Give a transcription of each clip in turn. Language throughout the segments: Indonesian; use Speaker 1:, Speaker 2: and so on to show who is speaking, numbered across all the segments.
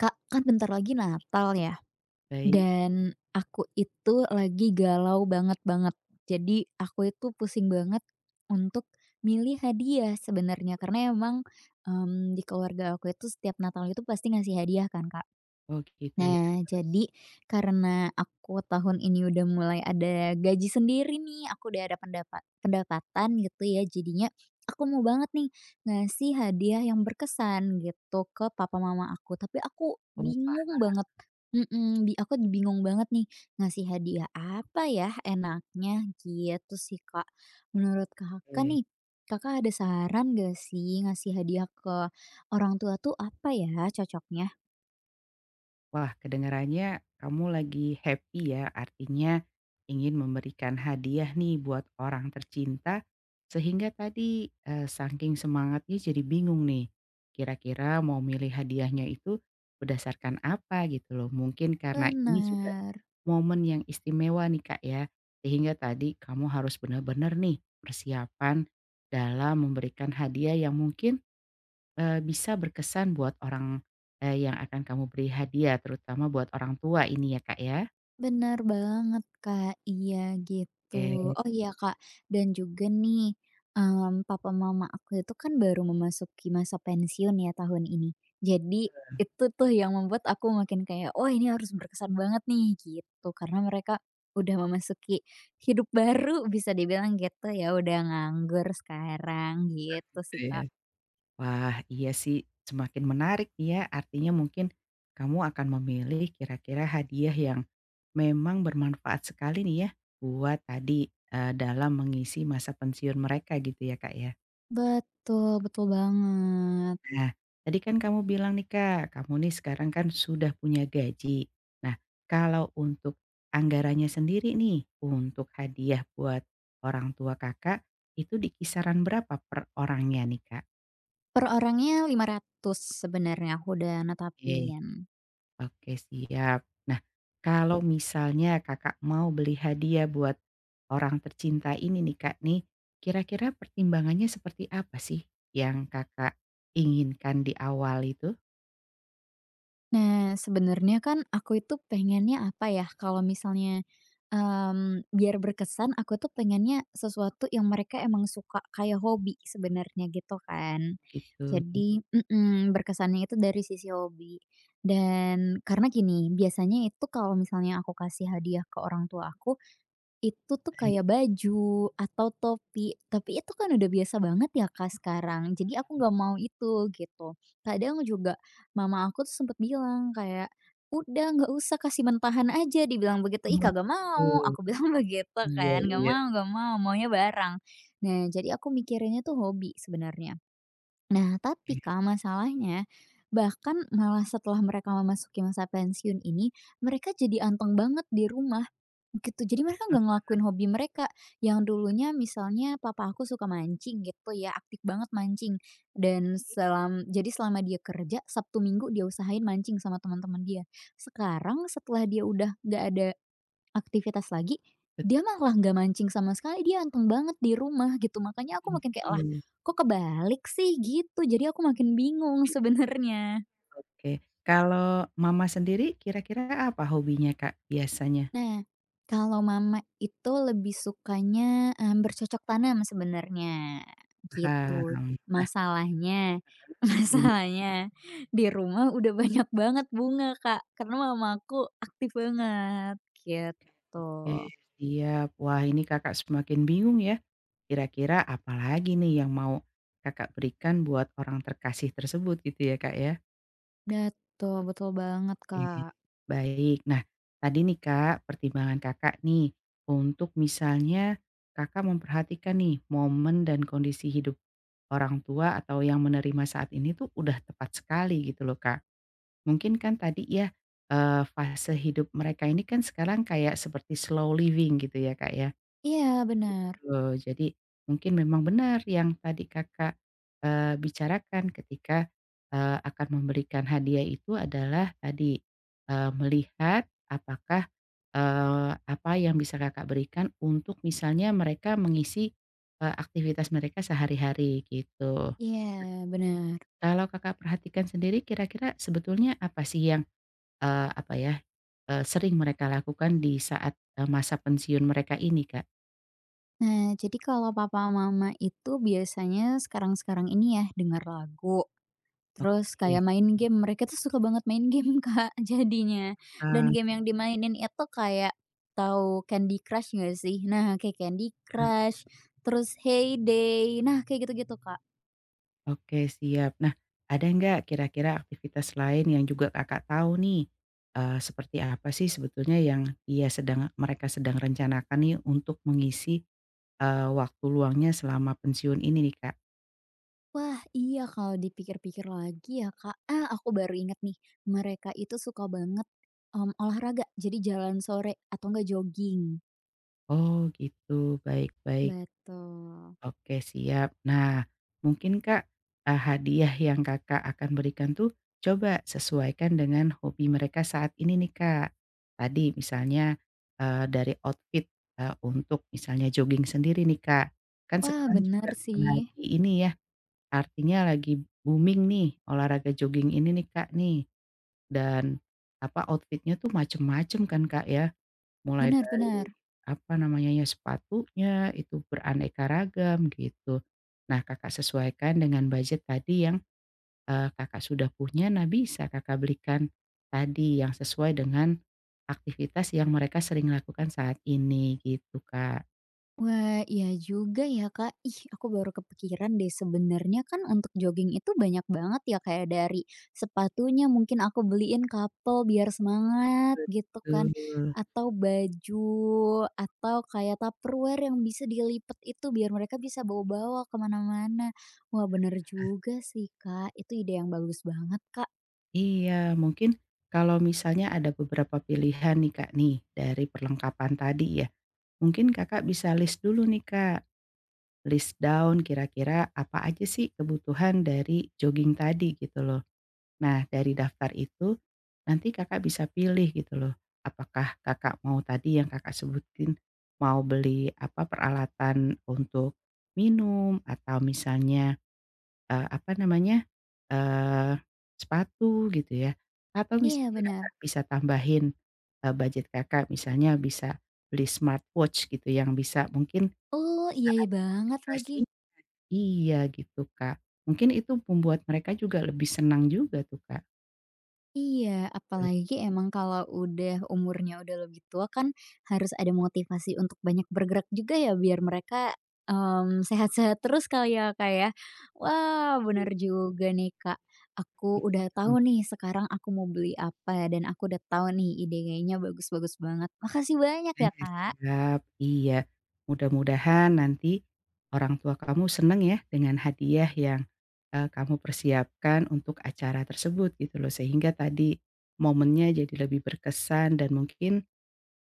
Speaker 1: Kak, kan bentar lagi Natal ya,
Speaker 2: Baik.
Speaker 1: dan aku itu lagi galau banget banget. Jadi aku itu pusing banget untuk milih hadiah sebenarnya, karena emang, di keluarga aku itu setiap Natal itu pasti ngasih hadiah kan, Kak.
Speaker 2: Oh gitu ya, iya.
Speaker 1: Nah,
Speaker 2: Terus?
Speaker 1: jadi karena aku tahun ini udah mulai ada gaji sendiri nih, aku udah ada pendapatan gitu ya, jadinya aku mau banget nih ngasih hadiah yang berkesan gitu ke papa mama aku, tapi aku
Speaker 2: Oh
Speaker 1: bingung banget, mhm, bi aku bingung banget nih ngasih hadiah apa ya enaknya gitu sih, Kak. Menurut Kakak
Speaker 2: pakai.
Speaker 1: nih, Kakak ada saran gak sih ngasih hadiah ke orang tua tuh apa ya cocoknya?
Speaker 2: Wah, kedengarannya kamu lagi happy ya, artinya ingin memberikan hadiah nih buat orang tercinta, sehingga tadi, saking semangatnya jadi bingung nih, kira-kira mau milih hadiahnya itu berdasarkan apa gitu loh. Mungkin karena ini juga
Speaker 1: Benar.
Speaker 2: momen yang istimewa nih Kak ya, sehingga tadi kamu harus benar-benar nih persiapan dalam memberikan hadiah yang mungkin bisa berkesan buat orang, yang akan kamu beri hadiah, terutama buat orang tua ini ya, Kak, ya?
Speaker 1: Bener banget, Kak. Iya, gitu.
Speaker 2: Oke,
Speaker 1: Oh iya, Kak, dan juga nih, papa mama aku itu kan baru memasuki masa pensiun ya tahun ini. Jadi itu tuh yang membuat aku makin kayak, "Wah, ini harus berkesan banget nih," gitu. Karena mereka udah memasuki hidup baru bisa dibilang gitu ya, udah nganggur sekarang, gitu
Speaker 2: gitu
Speaker 1: sih,
Speaker 2: ya.
Speaker 1: Kak.
Speaker 2: Wah, iya sih, semakin menarik nih ya, artinya mungkin kamu akan memilih kira-kira hadiah yang memang bermanfaat sekali nih ya, buat tadi, dalam mengisi masa pensiun mereka gitu ya, Kak, ya?
Speaker 1: Betul, betul banget.
Speaker 2: Nah, tadi kan kamu bilang nih Kak, kamu nih sekarang kan sudah punya gaji. Nah, kalau untuk anggarannya sendiri nih, untuk hadiah buat orang tua Kakak, itu di kisaran berapa per orangnya nih Kak?
Speaker 1: Per orangnya 500 sebenarnya aku udah
Speaker 2: Oke,
Speaker 1: netapin.
Speaker 2: oke siap. Nah, kalau misalnya Kakak mau beli hadiah buat orang tercinta ini nih Kak nih, kira-kira pertimbangannya seperti apa sih yang Kakak inginkan di awal itu?
Speaker 1: Nah, sebenarnya kan aku itu pengennya apa ya, kalau misalnya, biar berkesan aku tuh pengennya sesuatu yang mereka emang suka, kayak hobi sebenarnya gitu kan.
Speaker 2: Gitu.
Speaker 1: Jadi berkesannya itu dari sisi hobi. Dan karena gini, biasanya itu kalau misalnya aku kasih hadiah ke orang tua aku, itu tuh kayak baju atau topi, tapi itu kan udah biasa banget ya, Kak, sekarang. Jadi aku nggak mau itu, gitu. Kadang juga mama aku tuh sempet bilang kayak, "Udah nggak usah kasih mentahan aja," dibilang begitu. "Ih,
Speaker 2: Oh,
Speaker 1: kagak
Speaker 2: gitu.
Speaker 1: mau," aku bilang begitu
Speaker 2: Iya,
Speaker 1: kan,
Speaker 2: iya,
Speaker 1: nggak mau, maunya barang." Nah, jadi aku mikirinnya tuh hobi sebenarnya. Nah, tapi
Speaker 2: iya,
Speaker 1: Kak, masalahnya bahkan malah setelah mereka memasuki masa pensiun ini, mereka jadi anteng banget di rumah. Gitu, jadi mereka nggak ngelakuin hobi mereka, yang dulunya misalnya papa aku suka mancing gitu ya, aktif banget mancing, dan selam jadi selama dia kerja, Sabtu Minggu dia usahain mancing sama teman-teman dia. Sekarang setelah dia udah nggak ada aktivitas lagi,
Speaker 2: betul
Speaker 1: dia malah nggak mancing sama sekali, dia anteng banget di rumah gitu, makanya aku makin kayak, "Lah,
Speaker 2: gitu.
Speaker 1: kok kebalik sih?" Gitu, jadi aku makin bingung sebenarnya.
Speaker 2: Oke, kalau Mama sendiri kira-kira apa hobinya, Kak, biasanya?
Speaker 1: Nah, kalau mama itu lebih sukanya, bercocok tanam sebenarnya, gitu.
Speaker 2: Paham. Nah,
Speaker 1: Masalahnya
Speaker 2: gimana?
Speaker 1: masalahnya di rumah udah banyak banget bunga, Kak, karena mamaku aktif banget, gitu.
Speaker 2: Oke, siap. Wah, ini Kakak semakin bingung ya, kira-kira apa lagi nih yang mau Kakak berikan buat orang terkasih tersebut gitu ya, Kak, ya?
Speaker 1: Betul betul banget,
Speaker 2: Oke,
Speaker 1: Kak.
Speaker 2: baik. Nah, tadi nih, Kak, pertimbangan Kakak nih untuk misalnya Kakak memperhatikan nih momen dan kondisi hidup orang tua atau yang menerima saat ini tuh udah tepat sekali gitu loh, Kak. Mungkin kan tadi ya, fase hidup mereka ini kan sekarang kayak seperti slow living gitu ya, Kak, ya,
Speaker 1: Iya, benar.
Speaker 2: gitu. Jadi mungkin memang benar yang tadi Kakak, bicarakan ketika, akan memberikan hadiah itu adalah tadi, melihat apakah, apa yang bisa Kakak berikan untuk misalnya mereka mengisi, aktivitas mereka sehari-hari gitu.
Speaker 1: Iya, benar.
Speaker 2: Kalau Kakak perhatikan sendiri kira-kira sebetulnya apa sih yang, apa ya, sering mereka lakukan di saat, masa pensiun mereka ini, Kak?
Speaker 1: Nah, jadi kalau papa mama itu biasanya sekarang-sekarang ini ya, dengar lagu. Terus
Speaker 2: Oke,
Speaker 1: kayak main game, mereka tuh suka banget main game, Kak, jadinya. Dan
Speaker 2: paham.
Speaker 1: game yang dimainin itu kayak tahu Candy Crush nggak sih? Nah, kayak Candy Crush, terus Heyday, nah kayak gitu-gitu, Kak.
Speaker 2: Oke, siap. Nah, ada nggak kira-kira aktivitas lain yang juga Kakak tahu nih, seperti apa sih sebetulnya yang dia sedang mereka sedang rencanakan nih untuk mengisi, waktu luangnya selama pensiun ini nih, Kak?
Speaker 1: Wah, iya kalau dipikir-pikir lagi ya, Kak, ah, aku baru inget nih, mereka itu suka banget, olahraga, jadi jalan sore atau enggak jogging.
Speaker 2: Oh gitu, baik baik.
Speaker 1: Betul.
Speaker 2: Oke siap. Nah, mungkin Kak, hadiah yang Kakak akan berikan tuh coba sesuaikan dengan hobi mereka saat ini nih Kak. Tadi misalnya, dari outfit, untuk misalnya jogging sendiri nih Kak, kan
Speaker 1: Wah,
Speaker 2: sekarang
Speaker 1: benar
Speaker 2: juga
Speaker 1: sih.
Speaker 2: lagi ini ya, artinya lagi booming nih olahraga jogging ini nih Kak nih, dan apa, outfitnya tuh macem-macem kan Kak ya. Mulai dari,
Speaker 1: Benar-benar.
Speaker 2: apa namanya ya, sepatunya itu beraneka ragam gitu. Nah, Kakak sesuaikan dengan budget tadi yang, Kakak sudah punya, nah bisa Kakak belikan tadi yang sesuai dengan aktivitas yang mereka sering lakukan saat ini gitu, Kak.
Speaker 1: Wah, iya juga ya, Kak. Ih, aku baru kepikiran deh sebenarnya kan untuk jogging itu banyak banget ya kayak dari sepatunya mungkin aku beliin couple biar semangat gitu kan,
Speaker 2: Betul.
Speaker 1: atau baju atau kayak Tupperware yang bisa dilipet itu biar mereka bisa bawa-bawa kemana-mana. Wah, bener juga sih, Kak. Itu ide yang bagus banget, Kak.
Speaker 2: Iya, mungkin kalau misalnya ada beberapa pilihan nih, Kak, nih dari perlengkapan tadi ya, mungkin Kakak bisa list dulu nih, Kak. List down kira-kira apa aja sih kebutuhan dari jogging tadi gitu loh. Nah, dari daftar itu, nanti Kakak bisa pilih gitu loh, apakah Kakak mau tadi yang Kakak sebutin, mau beli apa, peralatan untuk minum atau misalnya, apa namanya, eee, sepatu gitu ya, atau
Speaker 1: Iya,
Speaker 2: misalnya Kakak
Speaker 1: benar.
Speaker 2: bisa tambahin, budget Kakak misalnya bisa beli smartwatch gitu yang bisa mungkin
Speaker 1: Oh,
Speaker 2: bisa
Speaker 1: iya, iya
Speaker 2: ada
Speaker 1: banget lagi.
Speaker 2: aplikasi. Iya gitu, Kak. Mungkin itu membuat mereka juga lebih senang juga tuh, Kak.
Speaker 1: Iya,
Speaker 2: Betul.
Speaker 1: apalagi emang kalau udah umurnya udah lebih tua kan harus ada motivasi untuk banyak bergerak juga ya biar mereka, sehat-sehat terus kali ya, Kak, ya. Wah, bener juga nih, Kak. Aku udah
Speaker 2: Gitu.
Speaker 1: tahu nih sekarang aku mau beli apa dan aku udah tahu nih ide kayaknya bagus-bagus banget. Makasih banyak ya,
Speaker 2: Oke,
Speaker 1: Kak.
Speaker 2: siap. Iya. Mudah-mudahan nanti orang tua kamu seneng ya dengan hadiah yang, kamu persiapkan untuk acara tersebut gitu loh, sehingga tadi momennya jadi lebih berkesan dan mungkin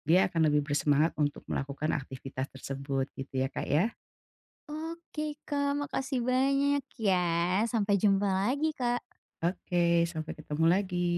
Speaker 2: dia akan lebih bersemangat untuk melakukan aktivitas tersebut gitu ya, Kak, ya.
Speaker 1: Oke, Kak, makasih banyak ya. Sampai jumpa lagi, Kak.
Speaker 2: Oke, sampai ketemu lagi.